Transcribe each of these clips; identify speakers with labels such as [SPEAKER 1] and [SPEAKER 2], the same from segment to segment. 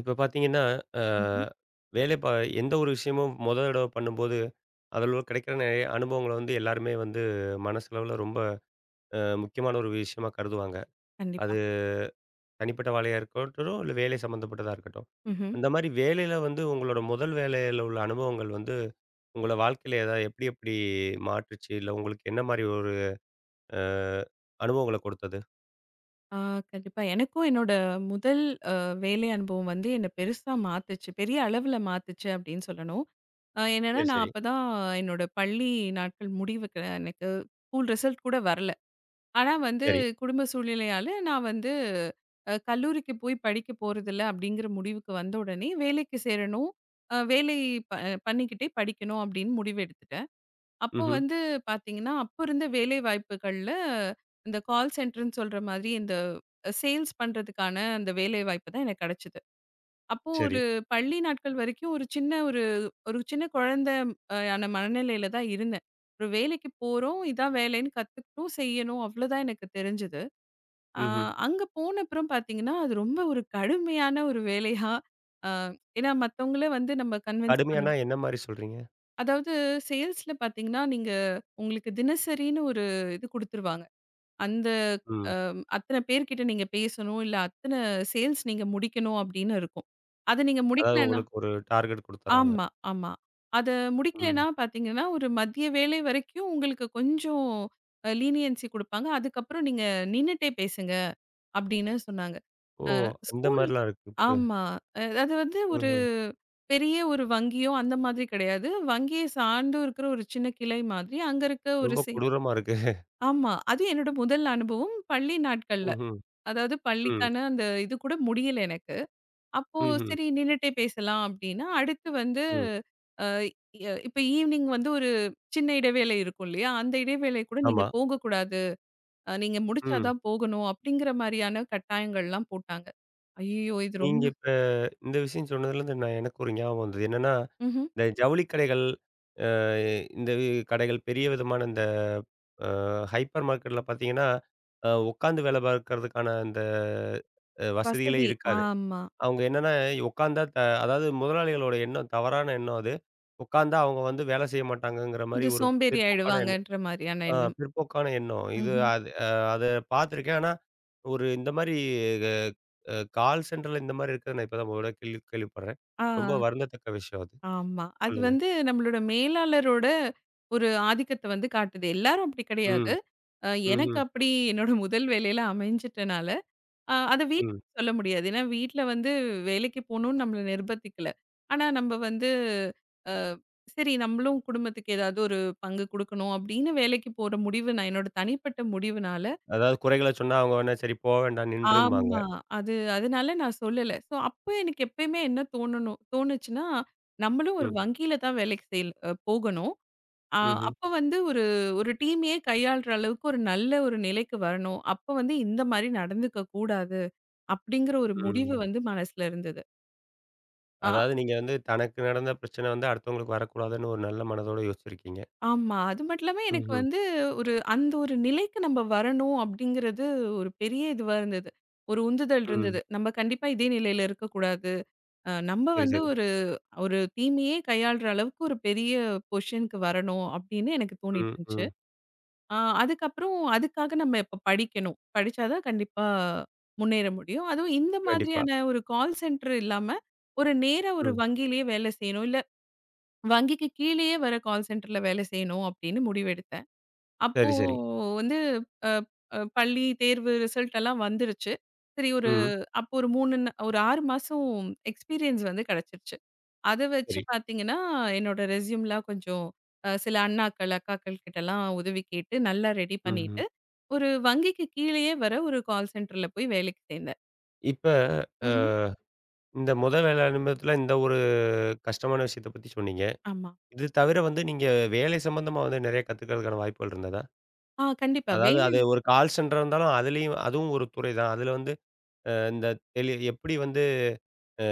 [SPEAKER 1] இப்ப பார்த்தீங்கன்னா, அ
[SPEAKER 2] ம்ஹ்ம்.
[SPEAKER 1] வேலை பா எந்த ஒரு விஷயமும் முதல் தடவ பண்ணும்போது, அதில கிடைக்கிற நெறைய அனுபவங்கள வந்து எல்லாருமே வந்து மனசளவுல ரொம்ப முக்கியமான ஒரு விஷயமா கருதுவாங்க.
[SPEAKER 2] கண்டிப்பா.
[SPEAKER 1] அது தனிப்பட்ட வேலையா இருக்கட்டும், இல்ல வேலை சம்மந்தப்பட்டதா இருக்கட்டும்.
[SPEAKER 2] ம்ஹ்ம்.
[SPEAKER 1] அந்த மாரி வேலையில வந்து உங்களோட முதல் வேலையில உள்ள அனுபவங்கள் வந்து, உங்கள வாழ்க்கையில ஏதாவது எப்படி எப்படி மாற்றுச்சு? இல்ல உங்களுக்கு என்ன மாரி ஒரு அ அனுபவங்கள கொடுத்தது?
[SPEAKER 2] ஆ கண்டிப்பா. எனக்கும் என்னோட முதல் அ வேலை அனுபவம் வந்து என்ன பெருசா மாத்துச்சு. பெரிய அளவுல மாத்துச்சு அப்படின்னு சொல்லணும். என்னன்னா,
[SPEAKER 1] சரி,
[SPEAKER 2] நான்
[SPEAKER 1] சரி,
[SPEAKER 2] அப்பதான் என்னோட பள்ளி நாட்கள் முடிவுக்கு எனக்கு ஸ்கூல் ரிசல்ட் கூட வரல. ஆனா வந்து
[SPEAKER 1] சரி.
[SPEAKER 2] குடும்ப சூழ்நிலையால நான் வந்து கல்லூரிக்கு போய் படிக்க போறதில்ல அப்படிங்கிற முடிவுக்கு வந்த உடனே, வேலைக்கு சேரணும். வேலை ப பண்ணிக்கிட்டே படிக்கணும் அப்படின்னு முடிவு எடுத்துட்டேன். அப்போ
[SPEAKER 1] ம்ஹ்ம்.
[SPEAKER 2] வந்து பார்த்தீங்கன்னா, அப்போ இருந்த வேலை வாய்ப்புகள்ல இந்த கால் சென்டர்ன்னு சொல்ற மாதிரி இந்த சேல்ஸ் பண்றதுக்கான அந்த வேலை வாய்ப்பு தான் எனக்கு கிடைச்சது. அப்போ
[SPEAKER 1] சரி.
[SPEAKER 2] ஒரு பள்ளி நாட்கள் வரைக்கும் ஒரு சின்ன குழந்தை யான மனநிலையில தான் இருந்தேன். ஒரு வேலைக்கு போறோம், இதான் வேலைன்னு கத்துக்கணும், செய்யணும் அவ்வளோதான் எனக்கு தெரிஞ்சது. அ
[SPEAKER 1] ம்ஹ்ம்.
[SPEAKER 2] அங்க போன அப்புறம் பார்த்தீங்கன்னா, அது ரொம்ப ஒரு கடுமையான ஒரு வேலையா, அ ஏன்னா மத்தவங்கள வந்து நம்ம கன்வின்ஸ் பண்ண
[SPEAKER 1] கடுமையானா என்ன மாரி சொல்றீங்க?
[SPEAKER 2] அதாவது சேல்ஸ்ல பாத்தீங்கன்னா, நீங்க உங்களுக்கு தினசரின்னு ஒரு இது குடுத்துருவாங்க. அந்த
[SPEAKER 1] ம்.
[SPEAKER 2] அத்தன பேர்கிட்ட நீங்க பேசணும். இல்ல அத்தன சேல்ஸ் நீங்க முடிக்கணும் அப்படின்னு இருக்கும். அத நீங்க
[SPEAKER 1] அதாவது
[SPEAKER 2] முடிக்கலன்னா,
[SPEAKER 1] உங்களுக்கு ஒரு டார்கெட் குடுத்துர்றாங்க.
[SPEAKER 2] ஆமா, ஆமா, அத
[SPEAKER 1] ம்.
[SPEAKER 2] முடிக்கலன்னா பாத்தீங்கன்னா, ஒரு மதிய வேலை வரைக்கும் உங்களுக்கு கொஞ்சம் லீனியன்சி குடுப்பாங்க. அதுக்கப்புறம் நீங்க நின்னுட்டே பேசுங்க அப்படின்னு சொன்னாங்க.
[SPEAKER 1] ஓ!
[SPEAKER 2] அ
[SPEAKER 1] அந்த
[SPEAKER 2] ஸ்கூல்.
[SPEAKER 1] மாரிலாம் இருக்கு. இப்ப
[SPEAKER 2] ஆமா. அது வந்து ஒரு
[SPEAKER 1] ம்ஹ்ம்.
[SPEAKER 2] பெரிய ஒரு வங்கியோ அந்த மாதிரி கிடையாது. வங்கிய சார்ந்து இருக்கிற ஒரு சின்ன கிளை மாதிரி. அங்க இருக்க ஒரு
[SPEAKER 1] ரொம்ப
[SPEAKER 2] சி.
[SPEAKER 1] கொடூரமா இருக்கு.
[SPEAKER 2] ஆமா. அது என்னோட முதல் அனுபவம் பள்ளி நாட்கள்ல.
[SPEAKER 1] ம்ஹ்ம்.
[SPEAKER 2] அதாவது
[SPEAKER 1] ம்.
[SPEAKER 2] பள்ளிக்கான அந்த இது கூட முடியல எனக்கு. அப்போ
[SPEAKER 1] ம்ஹ்ம்.
[SPEAKER 2] சரி நின்னுட்டே பேசலாம் அப்டின்னா, அடுத்து வந்து
[SPEAKER 1] ம்.
[SPEAKER 2] அ எ இப்ப ஈவினிங் வந்து ஒரு சின்ன இடைவேளை இருக்கும் இல்லையா? அந்த இடைவேளை கூட நீங்க
[SPEAKER 1] ஆமா.
[SPEAKER 2] போகக்கூடாது. நீங்க முடிச்சா
[SPEAKER 1] ம்.
[SPEAKER 2] தான் போகணும். அப்டிங்கிற மாரியான கட்டாயங்கள்லாம் போட்டாங்க. ஐய்யயோ! இது
[SPEAKER 1] நீங்க
[SPEAKER 2] ரொம்ப.
[SPEAKER 1] இப்ப இந்த விஷயம் சொன்னதுலேருந்து நான் எனக்கு ஒரு ஞாபகம் வந்தது. என்னன்னா,
[SPEAKER 2] ம்ஹ்ம்.
[SPEAKER 1] இந்த ஜவுளி கடைகள், அ இந்த கடைகள் பெரிய விதமான இந்த அ ஹைப்பர் மார்க்கெட்ல பார்த்தீங்கன்னா, உட்காந்து வேலை பார்க்கறதுக்கான அந்த வசதிகளே
[SPEAKER 2] வசதி.
[SPEAKER 1] இருக்காது.
[SPEAKER 2] ஆமா.
[SPEAKER 1] அவங்க என்னன்னா, உட்காந்தா த அதாவது முதலாளிகளோட எண்ணம் தவறான எண்ணம் அது. உட்காந்தா அவங்க வந்து வேலை செய்ய மாட்டாங்கங்கிற மாரி
[SPEAKER 2] கொஞ்சம்
[SPEAKER 1] ஒரு
[SPEAKER 2] சோம்பேறி
[SPEAKER 1] பிற்போக்கான எண்ணம்.
[SPEAKER 2] ஆயிடுவாங்கன்ற மாரியான
[SPEAKER 1] ஆ
[SPEAKER 2] எண்ணம்.
[SPEAKER 1] பிற்போக்கான எண்ணம். இது
[SPEAKER 2] ம்ஹ்ம்.
[SPEAKER 1] அது அத பார்த்துருக்கேன். ஆனா, ஒரு இந்த மாரி அ அ கால் சென்டர்ல இந்த மாரி இருக்கிறத நான் இப்ப தான் முதல்ல கேள்விப்படுறேன்.
[SPEAKER 2] ஆ,
[SPEAKER 1] ரொம்ப வருந்தத்தக்க விஷயம் அது.
[SPEAKER 2] ஆமா. அது
[SPEAKER 1] சொல்லுங்க.
[SPEAKER 2] வந்து நம்மளோட மேலாளரோட ஒரு ஆதிக்கத்த வந்து காட்டுது. எல்லாரும் அப்படி
[SPEAKER 1] ம்.
[SPEAKER 2] கிடையாது. அ எனக்கு
[SPEAKER 1] ம்ஹ்ம்.
[SPEAKER 2] அப்படி என்னோட முதல் வேலையில அமைஞ்சிட்டனால, அத
[SPEAKER 1] ம். ம்.
[SPEAKER 2] வீட்ல சொல்ல முடியாது. ஏன்னா வீட்ல வந்து வேலைக்கு போணும்னு நம்மள நிர்பந்திக்கல. ஆனா நம்ம வந்து அ சரி நம்மளும் குடும்பத்துக்கு ஏதாவது ஒரு பங்கு குடுக்கணும் அப்படின்னு வேலைக்கு போற முடிவு நான் என்னோட தனிப்பட்ட முடிவுனால,
[SPEAKER 1] அதாவது குறைகள சொன்னா அவங்க உடனே சரி போ வேண்டாம் நின்றும்பாங்க.
[SPEAKER 2] ஆமா. அது அதனால நான் சொல்லல. ஸோ அப்ப எனக்கு எப்பயுமே என்ன தோணணும் தோணுச்சுன்னா, நம்மளும் ஒரு
[SPEAKER 1] ம்.
[SPEAKER 2] வங்கியில தான் வேலைக்கு செய் போகணும். அ
[SPEAKER 1] ம்ஹ்ம்.
[SPEAKER 2] அப்ப வந்து ஒரு ஒரு டீமையே கையாள்ற அளவுக்கு ஒரு நல்ல ஒரு நிலைக்கு வரணும். அப்ப வந்து இந்த மாரி நடந்துக்க கூடாது. அப்படிங்கிற ஒரு முடிவு
[SPEAKER 1] ம்.
[SPEAKER 2] வந்து மனசுல இருந்தது. ஆ,
[SPEAKER 1] அதாவது நீங்க வந்து தனக்கு நடந்த பிரச்சனை வந்து அடுத்தவங்களுக்கு வரக்கூடாதுன்னு ஒரு நல்ல மனதோட யோசிச்சிருக்கீங்க.
[SPEAKER 2] ஆமா. அது மட்டும் இல்லாம எனக்கு
[SPEAKER 1] ம்ஹ்ம்.
[SPEAKER 2] வந்து ஒரு அந்த ஒரு நிலைக்கு நம்ம வரணும் அப்படிங்கிறது ஒரு பெரிய இதுவா இருந்தது. ஒரு உந்துதல்
[SPEAKER 1] ம்.
[SPEAKER 2] இருந்தது. நம்ம கண்டிப்பா இதே நிலையில இருக்கக்கூடாது. நம்ம
[SPEAKER 1] சரி,
[SPEAKER 2] வந்து
[SPEAKER 1] சரி.
[SPEAKER 2] ஒரு தீமையே கையாள்ற அளவுக்கு ஒரு பெரிய பொசிஷனுக்கு வரணும் அப்படின்னு எனக்கு தோணிட்டு
[SPEAKER 1] ம்,
[SPEAKER 2] இருந்துச்சு.
[SPEAKER 1] ம்.
[SPEAKER 2] ஆ அதுக்கப்புறம் அதுக்காக நம்ம இப்ப படிக்கணும். படிச்சாதான் கண்டிப்பா முன்னேற முடியும். அதுவும் இந்த
[SPEAKER 1] கண்டிப்பா.
[SPEAKER 2] மாதிரியான ஒரு கால் சென்டர் இல்லாம, ஒரு நேரா ஒரு
[SPEAKER 1] ம்.
[SPEAKER 2] வங்கியிலேயே வேலை செய்யணும். இல்ல வங்கிக்கு கீழேயே வர கால் சென்டர்ல வேலை செய்யணும் அப்படின்னு முடிவெடுத்தேன். அப்போ
[SPEAKER 1] சரி, சரி.
[SPEAKER 2] வந்து அ அ பள்ளி தேர்வு ரிசல்ட் எல்லாம் வந்துருச்சு. சரி ஒரு
[SPEAKER 1] ம்.
[SPEAKER 2] அப்போ ஒரு 3 ஒரு 6 மாசம் எக்ஸ்பீரியன்ஸ் வந்து கிடைச்சிருச்சு. அத வச்சு
[SPEAKER 1] சரி.
[SPEAKER 2] பார்த்தீங்கன்னா, என்னோட ரெஸ்யூம்லாம் கொஞ்சம் சில அண்ணாக்கள், அக்காக்கள் கிட்டலாம் உதவி கேட்டு நல்லா ரெடி
[SPEAKER 1] ம்ஹ்ம்.
[SPEAKER 2] பண்ணிட்டு, ஒரு வங்கிக்கு கீழயே வர ஒரு கால் சென்டர்ல போய் வேலைக்கு சேர்ந்தேன்.
[SPEAKER 1] இப்ப அ
[SPEAKER 2] ம்ஹ்ம்.
[SPEAKER 1] இந்த மொத வேலை அனுபவத்துல இந்த ஒரு கஷ்டமான விஷயத்த பத்தி சொன்னீங்க.
[SPEAKER 2] ஆமா.
[SPEAKER 1] இது தவிர வந்து நீங்க வேலை சம்பந்தமா வந்து நெறைய கத்துக்கிறதுக்கான வாய்ப்புகள் இருந்ததா?
[SPEAKER 2] கண்டிப்பா.
[SPEAKER 1] அதாவது
[SPEAKER 2] வேலை.
[SPEAKER 1] அது ஒரு கால் சென்டர் இருந்தாலும் அதுலயும் அதுவும் ஒரு துறை தான். அதுல வந்து இந்த டெலி எப்படி வந்து அ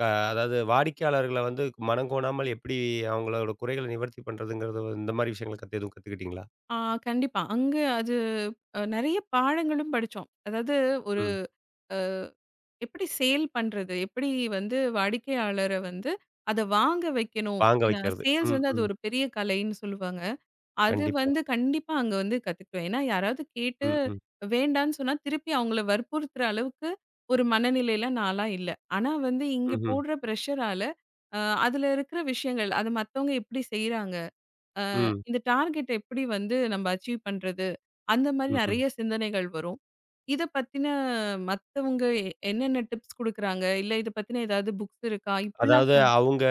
[SPEAKER 1] க அதாவது வாடிக்கையாளர்கள வந்து மனம் கோணாமல் எப்படி அவங்களோட குறைகள நிவர்த்தி பண்றதுங்கிறது இந்த மாரி விஷயங்கள எதுவும் கத்துக்கிட்டீங்களா?
[SPEAKER 2] ஆ கண்டிப்பா. அங்க அது நெறைய பாடங்களும் படிச்சோம். அதாவது ஒரு
[SPEAKER 1] ம்.
[SPEAKER 2] அ எப்படி சேல் பண்றது? எப்படி வந்து வாடிக்கையாளர வந்து அத வாங்க வைக்கணும்?
[SPEAKER 1] வாங்க
[SPEAKER 2] ஏன்னா
[SPEAKER 1] வைக்கிறது.
[SPEAKER 2] சேல்ஸ்
[SPEAKER 1] ம்,
[SPEAKER 2] வந்து அது
[SPEAKER 1] ம்.
[SPEAKER 2] ஒரு பெரிய கலைன்னு சொல்லுவாங்க. அது
[SPEAKER 1] கண்டிப்பா.
[SPEAKER 2] வந்து கண்டிப்பா அங்க வந்து கத்துக்குவேன். ஏன்னா, யாராவது கேட்டு
[SPEAKER 1] ம், ம்.
[SPEAKER 2] வேண்டான்னு சொன்னா, திருப்பி அவங்கள வற்புறுத்துற அளவுக்கு ஒரு மனநிலையில நான்லாம் இல்ல. ஆனா வந்து இங்க
[SPEAKER 1] ம்ஹ்ம்.
[SPEAKER 2] போடுற பிரஷரால, அ அதுல இருக்கிற விஷயங்கள், அது மத்தவங்க எப்படி செய்றாங்க?
[SPEAKER 1] ம்.
[SPEAKER 2] இந்த டார்கெட்ட எப்படி வந்து நம்ம அச்சீவ் பண்றது? அந்த மாரி
[SPEAKER 1] ம்ஹ்ம்.
[SPEAKER 2] நெறைய சிந்தனைகள் வரும். இத பத்தின மத்தவங்க என்னென்ன டிப்ஸ் குடுக்குறாங்க? இல்ல இத பத்தின ஏதாவது புக்ஸ் இருக்கா? இப்படிலாம்
[SPEAKER 1] அதாவது
[SPEAKER 2] கூட,
[SPEAKER 1] அவங்க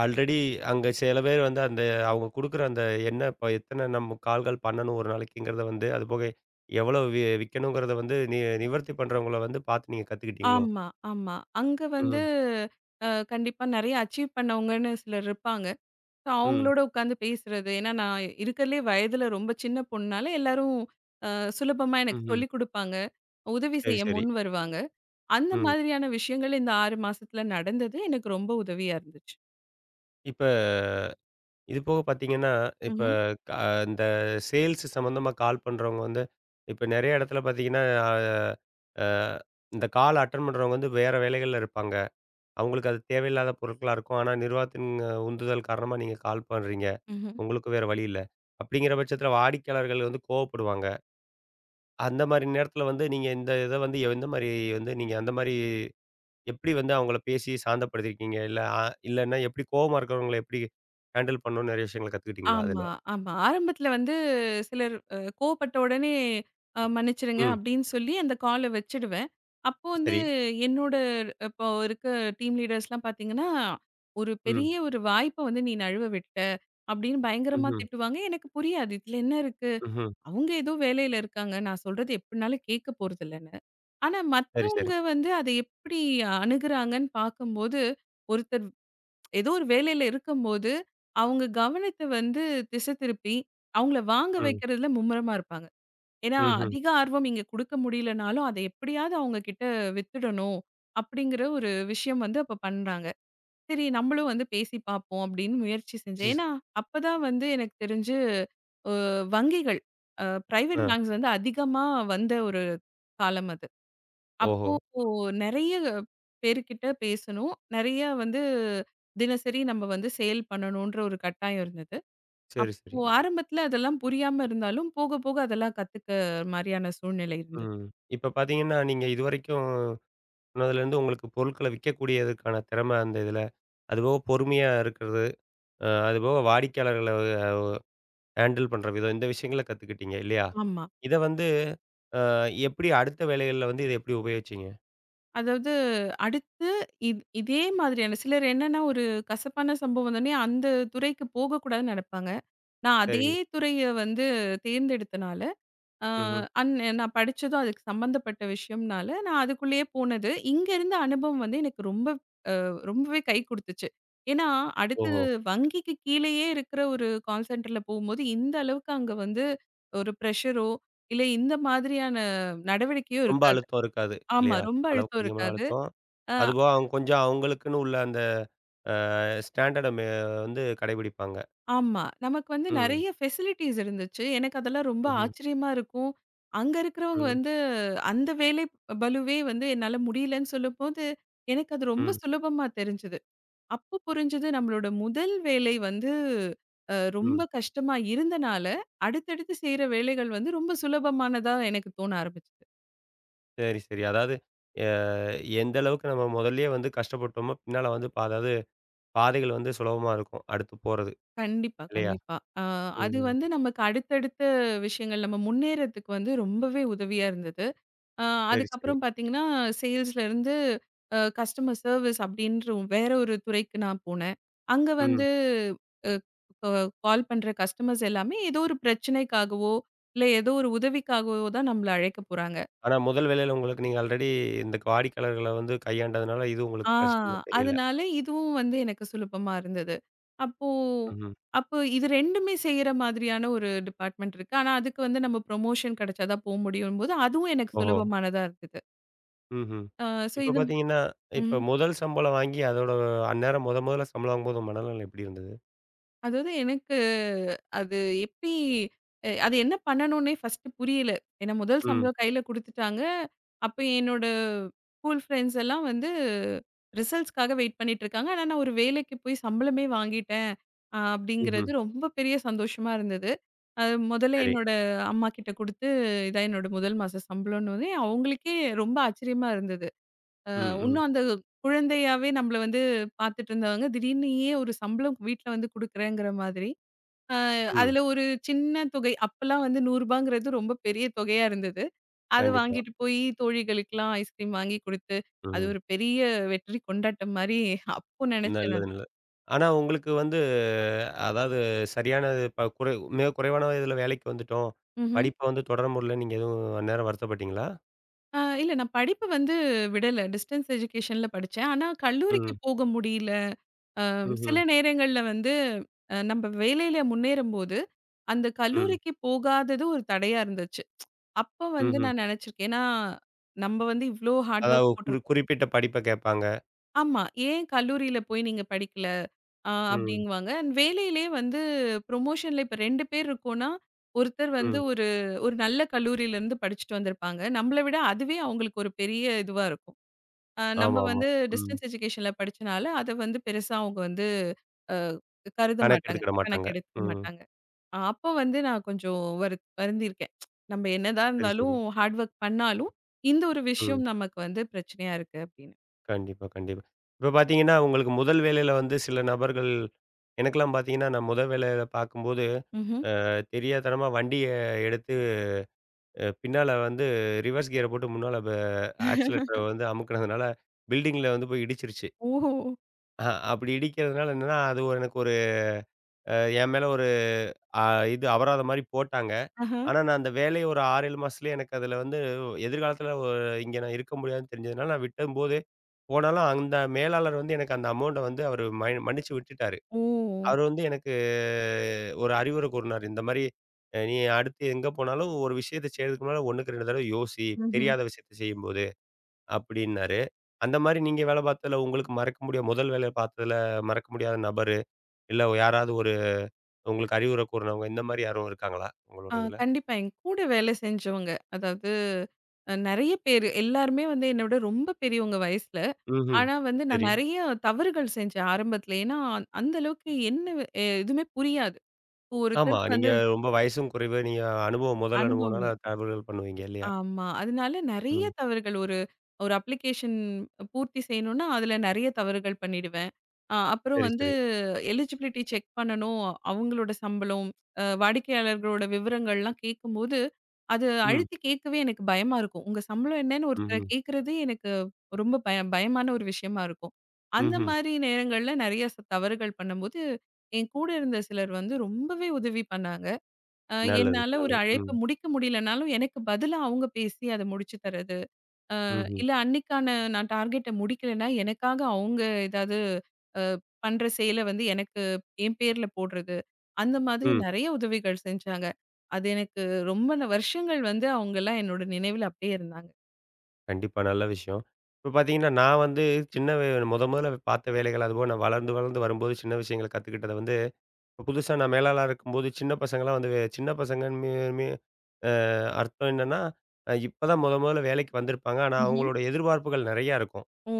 [SPEAKER 1] ஆல்ரெடி அங்க சில பேர் வந்து அந்த அவங்க குடுக்குற அந்த என்ன இப்ப எத்தன நம்ம கால்கள் பண்ணணும் ஒரு நாளைக்குங்கிறத வந்து, அதுபோக எவ்வளவு விக்கணுங்கிறத வந்து நிவர்த்தி பண்றவங்கள வந்து பார்த்து நீங்க கத்துக்கிட்டீங்களோ?
[SPEAKER 2] ஆமா, ஆமா. அங்க வந்து
[SPEAKER 1] ம்.
[SPEAKER 2] கண்டிப்பா நெறைய அச்சீவ் பண்ணவங்கன்னு சிலர் இருப்பாங்க. ஸோ
[SPEAKER 1] ம்.
[SPEAKER 2] அவங்களோட உட்காந்து பேசுறது. ஏன்னா நான் இருக்கறதுலயே வயதுல ரொம்ப சின்ன பொண்ணுனால எல்லாரும் அ சுலபமா எனக்கு
[SPEAKER 1] ம்ஹ்ம்.
[SPEAKER 2] சொல்லிக் குடுப்பாங்க. உதவி
[SPEAKER 1] சரி,
[SPEAKER 2] செய்ய
[SPEAKER 1] சரி.
[SPEAKER 2] முன் வருவாங்க. அந்த
[SPEAKER 1] ம்.
[SPEAKER 2] மாதிரியான விஷயங்கள் இந்த 6 மாசத்துல நடந்தது. எனக்கு ரொம்ப உதவியா இருந்துச்சு.
[SPEAKER 1] இப்ப இது போக பார்த்தீங்கன்னா, இப்ப
[SPEAKER 2] ம்ஹ்ம்,
[SPEAKER 1] க இந்த சேல்ஸ் சம்மந்தமா கால் பண்றவங்க வந்து, இப்ப நெறைய இடத்துல பார்த்தீங்கன்னா, அ அ இந்த கால் அட்டெண்ட் பண்றவங்க வந்து வேற வேலைகள்ல இருப்பாங்க. அவங்களுக்கு அது தேவையில்லாத பொருட்களா இருக்கும். ஆனா, நிர்வாகத்தின் உந்துதல் காரணமா நீங்க கால் பண்றீங்க.
[SPEAKER 2] ம்ஹ்ம்.
[SPEAKER 1] உங்களுக்கு வேற வழி இல்ல. அப்படிங்கிற பட்சத்தில வாடிக்கையாளர்கள் வந்து கோவப்படுவாங்க. அந்த மாரி நேரத்தில வந்து நீங்க இந்த இத வந்து எந்த மாரி வந்து நீங்க அந்த மாரி எப்படி வந்து அவங்கள பேசி சாந்தப்படுத்தியிருக்கீங்க? இல்ல இல்லன்னா எப்படி கோவமா இருக்கிறவங்கள எப்படி ஹேண்டில் பண்ணணும்னு நெறைய விஷயங்கள கத்துக்கிட்டீங்களா அதுல?
[SPEAKER 2] ஆமா, ஆமா. ஆரம்பத்துல வந்து சிலர் கோவப்பட்ட உடனே மன்னிச்சுருங்க
[SPEAKER 1] ம்.
[SPEAKER 2] அப்படின்னு சொல்லி அந்த கால வச்சுடுவேன். அப்போ வந்து
[SPEAKER 1] சரி.
[SPEAKER 2] என்னோட இப்போ இருக்க டீம் லீடர்ஸ்லாம் பார்த்தீங்கன்னா, "ஒரு
[SPEAKER 1] ம்.
[SPEAKER 2] பெரிய ஒரு வாய்ப்ப வந்து நீ நழுவ விட்ட" அப்படின்னு பயங்கரமா
[SPEAKER 1] ம்ஹ்ம்.
[SPEAKER 2] திட்டுவாங்க. எனக்கு புரியாது. இதுல என்ன இருக்கு?
[SPEAKER 1] ம்ஹ்ம்.
[SPEAKER 2] அவங்க ஏதோ வேலையில இருக்காங்க. நான் சொல்றது எப்படினாலும் கேட்க போறதில்லன்னு. ஆனா
[SPEAKER 1] சரி, சரி.
[SPEAKER 2] மத்தவங்க வந்து அத எப்படி அணுகுறாங்கன்னு பார்க்கும்போது, ஒருத்தர் ஏதோ ஒரு வேலையில இருக்கும்போது, அவங்க கவனத்த வந்து திசை திருப்பி, அவங்கள வாங்க
[SPEAKER 1] ம்.
[SPEAKER 2] வைக்கிறதுல மும்முரமா இருப்பாங்க. ஏன்னா,
[SPEAKER 1] ம்ஹ்ம்.
[SPEAKER 2] அதிக ஆர்வம் இங்க குடுக்க முடியலனாலும், அத எப்படியாவது அவங்க கிட்ட வித்துடணும், அப்படிங்கிற ஒரு விஷயம் வந்து அப்ப பண்றாங்க. சரி நம்மளும் வந்து பேசி பார்ப்போம் அப்படின்னு முயற்சி செஞ்சேன்.
[SPEAKER 1] சிஸ்
[SPEAKER 2] ஏன்னா, அப்பதான் வந்து எனக்கு தெரிஞ்சு அ வங்கிகள், பிரைவேட்
[SPEAKER 1] அ.
[SPEAKER 2] பேங்க்ஸ் வந்து அதிகமா வந்த ஒரு காலம் அது.
[SPEAKER 1] ஓஹோ!
[SPEAKER 2] அப்போ நெறைய பேர்கிட்ட பேசணும். நெறைய வந்து தினசரி நம்ம வந்து சேல் பண்ணணுன்ற ஒரு கட்டாயம் இருந்தது.
[SPEAKER 1] சரி, சரி.
[SPEAKER 2] அப்போ ஆரம்பத்துல அதெல்லாம் புரியாம இருந்தாலும், போக போக அதெல்லாம் கத்துக்க மாரியான சூழ்நிலை இருந்தது.
[SPEAKER 1] ம். இப்ப பார்த்தீங்கன்னா, நீங்க இதுவரைக்கும் அதுலேருந்து உங்களுக்கு பொருட்கள விக்கக்கூடியதுக்கான திறமை அந்த இதில. அதுபோக பொறுமையா இருக்கிறது. அதுபோக வாடிக்கையாளர்கள ஹேண்டில் பண்ற விதம். இந்த விஷயங்கள கத்துக்கிட்டீங்க இல்லையா?
[SPEAKER 2] ஆமா.
[SPEAKER 1] இத வந்து அ எப்படி அடுத்த வேலைகள்ல வந்து இத எப்படி உபயோகிச்சீங்க?
[SPEAKER 2] அதாவது அடுத்து இதே மாதிரியான சிலர் என்னன்னா, ஒரு கசப்பான சம்பவம் வந்தோனே அந்த துறைக்கு போகக்கூடாதுன்னு நெனப்பாங்க. நான் அதே
[SPEAKER 1] சரி.
[SPEAKER 2] துறைய வந்து தேர்ந்தெடுத்தனால, அ
[SPEAKER 1] ம்ஹ்ம்.
[SPEAKER 2] அந் நான் படிச்சதும் அதுக்கு சம்மந்தப்பட்ட விஷயம்னால, நான் அதுக்குள்ளேயே போனது. இங்க இருந்த அனுபவம் வந்து எனக்கு ரொம்ப ரொம்பவே கை குடுத்துச்சு. ஏன்னா, அடுத்து
[SPEAKER 1] ஓஹோ!
[SPEAKER 2] வங்கிக்கு கீழயே இருக்கிற ஒரு கால் சென்டர்ல போகும்போது, இந்த அளவுக்கு அங்க வந்து ஒரு பிரஷரோ, இல்ல இந்த மாதிரியான நடவடிக்கையோ
[SPEAKER 1] ரொம்ப
[SPEAKER 2] இருக்காது.
[SPEAKER 1] அழுத்தம் இருக்காது
[SPEAKER 2] ஆமா.
[SPEAKER 1] இல்லையா?
[SPEAKER 2] ரொம்ப
[SPEAKER 1] அளவுக்கு
[SPEAKER 2] அழுத்தம்
[SPEAKER 1] அதிகமான
[SPEAKER 2] இருக்காது.
[SPEAKER 1] அழுத்தம்.
[SPEAKER 2] அ
[SPEAKER 1] அதுபோக அவங்க கொஞ்சம் அவங்களுக்குன்னு உள்ள அந்த அ ஸ்டாண்டர்ட மெ வந்து கடைபிடிப்பாங்க.
[SPEAKER 2] ஆமா. நமக்கு வந்து
[SPEAKER 1] ம்.
[SPEAKER 2] நெறைய ஃபெசிலிட்டீஸ் இருந்துச்சு. எனக்கு அதெல்லாம் ரொம்ப
[SPEAKER 1] ம்ஹ்ம்.
[SPEAKER 2] ஆச்சரியமா இருக்கும். அங்க இருக்கிறவங்க
[SPEAKER 1] ம்.
[SPEAKER 2] வந்து அந்த வேலை பளுவே வந்து என்னால முடியலன்னு சொல்லும்போது, எனக்கு அது ரொம்ப
[SPEAKER 1] ம்.
[SPEAKER 2] சுலபமா தெரிஞ்சது. அப்போ புரிஞ்சது நம்மளோட முதல் வேலை வந்து ரொம்ப
[SPEAKER 1] ம்.
[SPEAKER 2] கஷ்டமா இருந்தனால, அடுத்தடுத்து செய்ற வேலைகள் வந்து ரொம்ப சுலபமானதா எனக்கு தோண ஆரம்பிச்சது.
[SPEAKER 1] சரி, சரி. அதாவது எந்த அளவுக்கு நம்ம முதல்லயே வந்து கஷ்டப்பட்டோமோ, பின்னால வந்து அதாவது பாதைகள் வந்து சுலபமா இருக்கும். அடுத்து போறது.
[SPEAKER 2] கண்டிப்பா,
[SPEAKER 1] இல்லையா?
[SPEAKER 2] கண்டிப்பா. அ
[SPEAKER 1] ம்.
[SPEAKER 2] அது
[SPEAKER 1] ம்.
[SPEAKER 2] வந்து நமக்கு அடுத்தடுத்த விஷயங்கள் நம்ம முன்னேறதுக்கு வந்து ரொம்பவே உதவியா இருந்தது. அ
[SPEAKER 1] சரி, சரி.
[SPEAKER 2] அதுக்கப்புறம் பார்த்தீங்கன்னா, சேல்ஸ்லேருந்து கஸ்டமர் சர்விஸ் அப்படின்ற ஒரு- வேற ஒரு துறைக்கு நான் போனேன். அங்க
[SPEAKER 1] ம்.
[SPEAKER 2] வந்து அ அ கால் பண்ற கஸ்டமர்ஸ் எல்லாமே ஏதோ ஒரு பிரச்சனைக்காகவோ, இல்ல ஏதோ ஒரு உதவிக்காகவோ தான் நம்மள அழைக்க போறாங்க.
[SPEAKER 1] ஆனா முதல் வேலையில உங்களுக்கு நீங்க ஆல்ரெடி இந்த வாடிக்கையாளர்கள வந்து கையாண்டதுனால, இது
[SPEAKER 2] ஆ
[SPEAKER 1] உங்களுக்கு கஷ்டமா தெரியல.
[SPEAKER 2] அதனால இதுவும் வந்து எனக்கு சுலபமா இருந்தது. அப்போ
[SPEAKER 1] ம்ஹ்ம்.
[SPEAKER 2] அப்போ இது 2மே செய்ற மாதிரியான ஒரு டிபார்ட்மெண்ட் இருக்கு. ஆனா, அதுக்கு வந்து நம்ம ப்ரமோஷன் கிடைச்சா தான் போ முடியும்போது, அதுவும் எனக்கு
[SPEAKER 1] ஓஹோ!
[SPEAKER 2] சுலபமானதா இருந்தது.
[SPEAKER 1] ம்ஹ்ம்.
[SPEAKER 2] அ ஸோ
[SPEAKER 1] இப்ப
[SPEAKER 2] இது.
[SPEAKER 1] பார்த்தீங்கன்னா,
[SPEAKER 2] ம்.
[SPEAKER 1] இப்ப முதல் சம்பளம் வாங்கி அதோட அந்நேரம் முதல்ல சம்பளம் வாங்கும்போது உங்க மனநிலை எப்படி இருந்தது?
[SPEAKER 2] அதாவது எனக்கு அது எப்படி அது என்ன பண்ணணும்னே ஃபர்ஸ்ட்டு புரியல. ஏன்னா முதல்
[SPEAKER 1] ம்.
[SPEAKER 2] சம்பளம் கையில குடுத்துட்டாங்க. அப்ப என்னோட ஸ்கூல் ஃப்ரெண்ட்ஸ் எல்லாம் வந்து ரிசல்ட்ஸ்க்காக வெயிட் பண்ணிட்டு இருக்காங்க. ஆனா நான் ஒரு வேலைக்கு போய் சம்பளமே வாங்கிட்டேன்.
[SPEAKER 1] ம்ஹ்ம்.
[SPEAKER 2] அப்படிங்கிறது ரொம்ப பெரிய சந்தோஷமா இருந்தது. அது முதல்ல
[SPEAKER 1] சரி.
[SPEAKER 2] என்னோட அம்மா கிட்ட குடுத்து, இதான் என்னோட முதல் மாச சம்பளம்னோனே அவங்களுக்கே ரொம்ப ஆச்சரியமா இருந்தது.
[SPEAKER 1] ம், ம்.
[SPEAKER 2] இன்னும் அந்த குழந்தையாவே நம்மள வந்து பார்த்துட்டு இருந்தவங்க, திடீர்னு ஏன் ஒரு சம்பளம் வீட்ல வந்து குடுக்குறேங்கிற மாதிரி. அ
[SPEAKER 1] ம்.
[SPEAKER 2] அதுல ஒரு சின்ன தொகை அப்பலாம் வந்து ரூ. 100ங்கிறது ரொம்ப பெரிய தொகையா இருந்தது. அது
[SPEAKER 1] கண்டிப்பா.
[SPEAKER 2] வாங்கிட்டு போய் தோழிகளுக்கெல்லாம் ஐஸ்கிரீம் வாங்கி குடுத்து, அது
[SPEAKER 1] ம்.
[SPEAKER 2] ஒரு பெரிய வெற்றி கொண்டாட்டம் மாரி அப்போ நெனச்சேன்
[SPEAKER 1] நல்லது,
[SPEAKER 2] நானு.
[SPEAKER 1] நல்லது. ஆனா உங்களுக்கு வந்து அதாவது சரியான ப குறை மிக குறைவான வயதில வேலைக்கு வந்துட்டோம்.
[SPEAKER 2] ம்ஹ்ம்.
[SPEAKER 1] படிப்ப வந்து தொடர முடியல நீங்க எதுவும் அந்நேரம் வருத்தப்பட்டீங்களா?
[SPEAKER 2] இல்ல நான் படிப்பு வந்து விடல. டிஸ்டன்ஸ் எஜுகேஷன்ல படிச்சேன். ஆனா கல்லூரிக்கு
[SPEAKER 1] ம்.
[SPEAKER 2] போக முடியல. ஆம்,
[SPEAKER 1] ம்ஹ்ம்.
[SPEAKER 2] சில நேரங்கள்ல வந்து நம்ப வேலையில முன்னேறும்போது, அந்த
[SPEAKER 1] ம்.
[SPEAKER 2] கல்லூரிக்கு போகாதது ஒரு தடையா இருந்துச்சு. அப்ப வந்து
[SPEAKER 1] ம்ஹ்ம்.
[SPEAKER 2] நான் நெனச்சிருக்கேன். ஏன்னா, நம்ப வந்து இவ்ளோ ஹார்ட்
[SPEAKER 1] அதாவது
[SPEAKER 2] ஒர்க்
[SPEAKER 1] ஒரு
[SPEAKER 2] போட்டிருக்கோம்.
[SPEAKER 1] குறிப்பிட்ட படிப்ப கேட்பாங்க.
[SPEAKER 2] ஆமா. "ஏன் கல்லூரியில போய் நீங்க படிக்கல?"
[SPEAKER 1] ம்.
[SPEAKER 2] அப்படிங்குவாங்க. அண்ட் வேலையிலயே வந்து ப்ரொமோஷன்ல இப்ப 2 பேர் இருக்கோம்னா, ஒருத்தர் வந்து
[SPEAKER 1] ம்.
[SPEAKER 2] ஒரு ஒரு நல்ல கல்லூரியிலருந்து படிச்சுட்டு வந்திருப்பாங்க. நம்மள விட அதுவே அவங்களுக்கு ஒரு பெரிய இதுவா இருக்கும். நம்ம
[SPEAKER 1] ஆமாமா.
[SPEAKER 2] வந்து
[SPEAKER 1] ம்.
[SPEAKER 2] டிஸ்டன்ஸ் எஜுகேஷன்ல படிச்சனால, அத வந்து பெருசா அவங்க வந்து அ கருத
[SPEAKER 1] கணக்கு
[SPEAKER 2] மாட்டாங்க.
[SPEAKER 1] எடுத்துக்கிட மாட்டாங்க.
[SPEAKER 2] கணக்கெடுத்துக்க
[SPEAKER 1] ம்.
[SPEAKER 2] மாட்டாங்க. அப்போ வந்து நான் கொஞ்சம் வருந்திருக்கேன். நம்ம என்னதான்
[SPEAKER 1] சரி, சரி.
[SPEAKER 2] இருந்தாலும், ஹார்ட் ஒர்க் பண்ணாலும், இந்த ஒரு
[SPEAKER 1] ம்.
[SPEAKER 2] விஷயம் நமக்கு வந்து பிரச்சனையா இருக்கு அப்படின்னு.
[SPEAKER 1] கண்டிப்பா, கண்டிப்பா. இப்ப பார்த்தீங்கன்னா, உங்களுக்கு முதல் வேலையில வந்து சில நபர்கள் எனக்கெல்லாம் பார்த்தீங்கன்னா, நான் முதல் வேலையில பார்க்கும்போது,
[SPEAKER 2] ம்ஹ்ம்.
[SPEAKER 1] தெரியாத்தனமா வண்டிய எடுத்து பின்னால வந்து ரிவர்ஸ் கியர போட்டு முன்னால ஆக்ஸிலேட்டர வந்து அமுக்குனதுனால, பில்டிங்ல வந்து போய் இடிச்சிருச்சு.
[SPEAKER 2] ஓஹோ!
[SPEAKER 1] அப்படி இடிக்கிறதுனால என்னன்னா, அது ஒரு எனக்கு ஒரு அ என் மேல ஒரு அ இது அபராதம் மாரி போட்டாங்க.
[SPEAKER 2] ஆஹா.
[SPEAKER 1] ஆனா, நான் அந்த வேலைய ஒரு 6, 7 மாசத்துலயே எனக்கு அதுல வந்து எதிர்காலத்துல இங்க நான் இருக்க முடியாதுன்னு தெரிஞ்சதுனால, நான் விட்டம்போது போனாலும் அந்த மேலாளர் வந்து எனக்கு அந்த அமௌண்ட்ட வந்து அவரு மன்னிச்சு விட்டுட்டாரு.
[SPEAKER 2] ஓ!
[SPEAKER 1] அவரு வந்து எனக்கு ஒரு அறிவுரை கூறுனாரு. இந்த மாரி "நீ அடுத்து எங்க போனாலும் ஒரு விஷயத்த செய்றதுக்கு முன்னால 1க்கு 2 தடவ யோசி.
[SPEAKER 2] ம்ஹ்ம்.
[SPEAKER 1] தெரியாத விஷயத்த செய்யும்போது" அப்டின்னாரு. அந்த மாரி நீங்க வேல பார்த்ததுல உங்களுக்கு மறக்க முடியா முதல் வேலை பார்த்ததுல மறக்க முடியாத நபரு, இல்ல யாராவது ஒரு உங்களுக்கு அறிவுரை கூறுனவங்க, இந்த மாரி யாரும் இருக்காங்களா? உங்களோட இதுல?
[SPEAKER 2] கண்டிப்பா. என் கூட வேலை செஞ்சவங்க. அதாவது நெறைய பேரு. எல்லாருமே வந்து என்ன விட ரொம்ப பெரியவங்க வயசுல.
[SPEAKER 1] ம்ஹ்ம்.
[SPEAKER 2] ஆனா வந்து நான்
[SPEAKER 1] சரி.
[SPEAKER 2] நெறைய தவறுகள் செஞ்சேன் ஆரம்பத்துல. ஏன்னா அந்த அளவுக்கு என்ன எதுவுமே புரியாது. இப்போ
[SPEAKER 1] ஆமா.
[SPEAKER 2] ஒருத்தருக்கு
[SPEAKER 1] நீங்க
[SPEAKER 2] வந்து
[SPEAKER 1] ரொம்ப வயசும் குறைவு. நீங்க முதல்
[SPEAKER 2] அனுபவம் இல்ல.
[SPEAKER 1] அனுபவம்னால தவறுகள் பண்ணுவீங்க இல்லையா?
[SPEAKER 2] ஆமா. அதனால நெறைய
[SPEAKER 1] ம்.
[SPEAKER 2] தவறுகள் ஒரு ஒரு அப்ளிகேஷன் பூர்த்தி செய்யணும்னா, அதுல நெறைய தவறுகள் பண்ணிடுவேன். அப்புறம்
[SPEAKER 1] சரி,
[SPEAKER 2] வந்து
[SPEAKER 1] சரி.
[SPEAKER 2] எலிஜிபிலிட்டி செக் பண்ணணும். அவங்களோட சம்பளம், வாடிக்கையாளர்களோட விவரங்கள்லாம் கேட்கும்போது, அது
[SPEAKER 1] ம்.
[SPEAKER 2] அழுத்தி கேட்கவே எனக்கு பயமா இருக்கும். உங்க சம்பளம் என்னன்னு ஒருத்தர
[SPEAKER 1] ம்ஹ்ம்.
[SPEAKER 2] கேட்கறது எனக்கு ரொம்ப பயமான ஒரு விஷயமா இருக்கும். அந்த
[SPEAKER 1] ம்ஹ்ம்.
[SPEAKER 2] மாரி நேரங்கள்ல நெறைய தவறுகள் பண்ணும்போது, என் கூட இருந்த சிலர் வந்து ரொம்பவே உதவி பண்ணாங்க. அ
[SPEAKER 1] நல்லது,
[SPEAKER 2] என்னால ஒரு
[SPEAKER 1] நல்லது. ம்.
[SPEAKER 2] அழைப்ப முடிக்க முடியலனாலும், எனக்கு பதிலா அவங்க பேசி அத முடிச்சு தர்றது.
[SPEAKER 1] ம்ஹ்ம்.
[SPEAKER 2] இல்ல அன்னைக்கான நான் டார்கெட்ட முடிக்கலன்னா, எனக்காக அவங்க ஏதாவது அ பண்ற செயல வந்து எனக்கு என் பேர்ல போடுறது. அந்த மாதிரி
[SPEAKER 1] ம்.
[SPEAKER 2] நெறைய உதவிகள் செஞ்சாங்க. அது எனக்கு ரொம்ப வருஷங்கள் வந்து அவங்கலாம் என்னோட நினைவுல அப்படியே இருந்தாங்க.
[SPEAKER 1] கண்டிப்பா. நல்ல விஷயம். இப்ப பார்த்தீங்கன்னா, நான் வந்து சின்ன வே மொதல்ல பார்த்த வேலைகள் அதுபோக நான் வளர்ந்து வளர்ந்து வரும்போது சின்ன விஷயங்கள கத்துக்கிட்டத வந்து, புதுசா நான் மேலாளரா இருக்கும்போது சின்ன பசங்கலாம் வந்து சின்ன பசங்கன்னு மீ மீ அ அர்த்தம் என்னன்னா, இப்ப தான் மொதல்ல வேலைக்கு வந்திருப்பாங்க. ஆனா
[SPEAKER 2] ம்ஹ்ம்.
[SPEAKER 1] அவங்களோட எதிர்பார்ப்புகள் நெறையா இருக்கும்.
[SPEAKER 2] ஓ!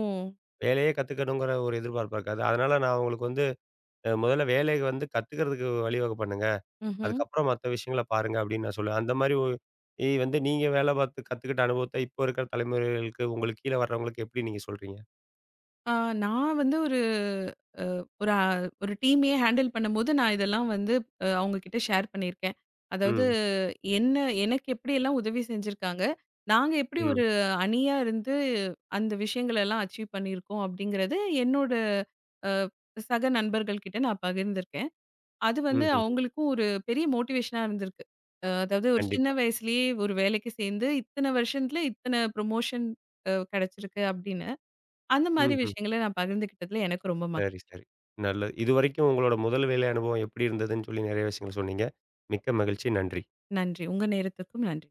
[SPEAKER 1] வேலையே கத்துக்கணுங்கிற ஒரு எதிர்பார்ப்பு இருக்காது. அதனால நான் அவங்களுக்கு வந்து முதல்ல வேலைய வந்து கத்துக்கிறதுக்கு வழிவகை பண்ணுங்க.
[SPEAKER 2] ம்ஹ்ம்.
[SPEAKER 1] அதுக்கப்புறம் மத்த விஷயங்கள பாருங்க அப்படின்னு நான் சொல்லுவேன். அந்த மாரி ஒ இ வந்து நீங்க வேலை பார்த்து கத்துக்கிட்ட அனுபவத்த இப்போ இருக்கிற தலைமுறைகளுக்கு உங்களுக்கு கீழ வர்றவங்களுக்கு எப்படி நீங்க சொல்றீங்க?
[SPEAKER 2] ஆ நான் வந்து ஒரு ஒரு அ ஒரு டீமையே ஹேண்டில் பண்ணும்போது, நான் இதெல்லாம் வந்து அவுங்க கிட்ட ஷேர் பண்ணியிருக்கேன். அதாவது
[SPEAKER 1] ம்,
[SPEAKER 2] என்ன எனக்கு எப்படியெல்லாம் உதவி செஞ்சிருக்காங்க, நாங்க எப்படி
[SPEAKER 1] ம்,
[SPEAKER 2] ஒரு அணியா இருந்து அந்த விஷயங்களெல்லாம் அச்சீவ் பண்ணியிருக்கோம் அப்படிங்கிறது என்னோட அ சக நண்பர்கள் கிட்ட நான் பகிர்ந்திருக்கேன். அது வந்து
[SPEAKER 1] ம்ஹ்ம்.
[SPEAKER 2] அவங்களுக்கும் ஒரு பெரிய மோட்டிவேஷனா இருந்திருக்கு. அதாவது ஒரு சின்ன
[SPEAKER 1] கண்டிப்பா.
[SPEAKER 2] வயசுலயே ஒரு வேலைக்கு சேர்ந்து இத்தன வருஷத்துல இத்தன ப்ரமோஷன் கிடைச்சிருக்கு அப்படின்னு. அந்த மாரி
[SPEAKER 1] ம்ஹ்ம்.
[SPEAKER 2] விஷயங்கள நான் பகிர்ந்துக்கிட்டதுல எனக்கு ரொம்ப
[SPEAKER 1] சரி,
[SPEAKER 2] மகிழ்ச்சி.
[SPEAKER 1] சரி. நல்லது. இதுவரைக்கும் உங்களோட முதல் வேலை அனுபவம் எப்படி இருந்ததுன்னு சொல்லி நெறைய விஷயங்கள் சொன்னீங்க. மிக்க மகிழ்ச்சி. நன்றி.
[SPEAKER 2] நன்றி. உங்க நேரத்துக்கும் நன்றி.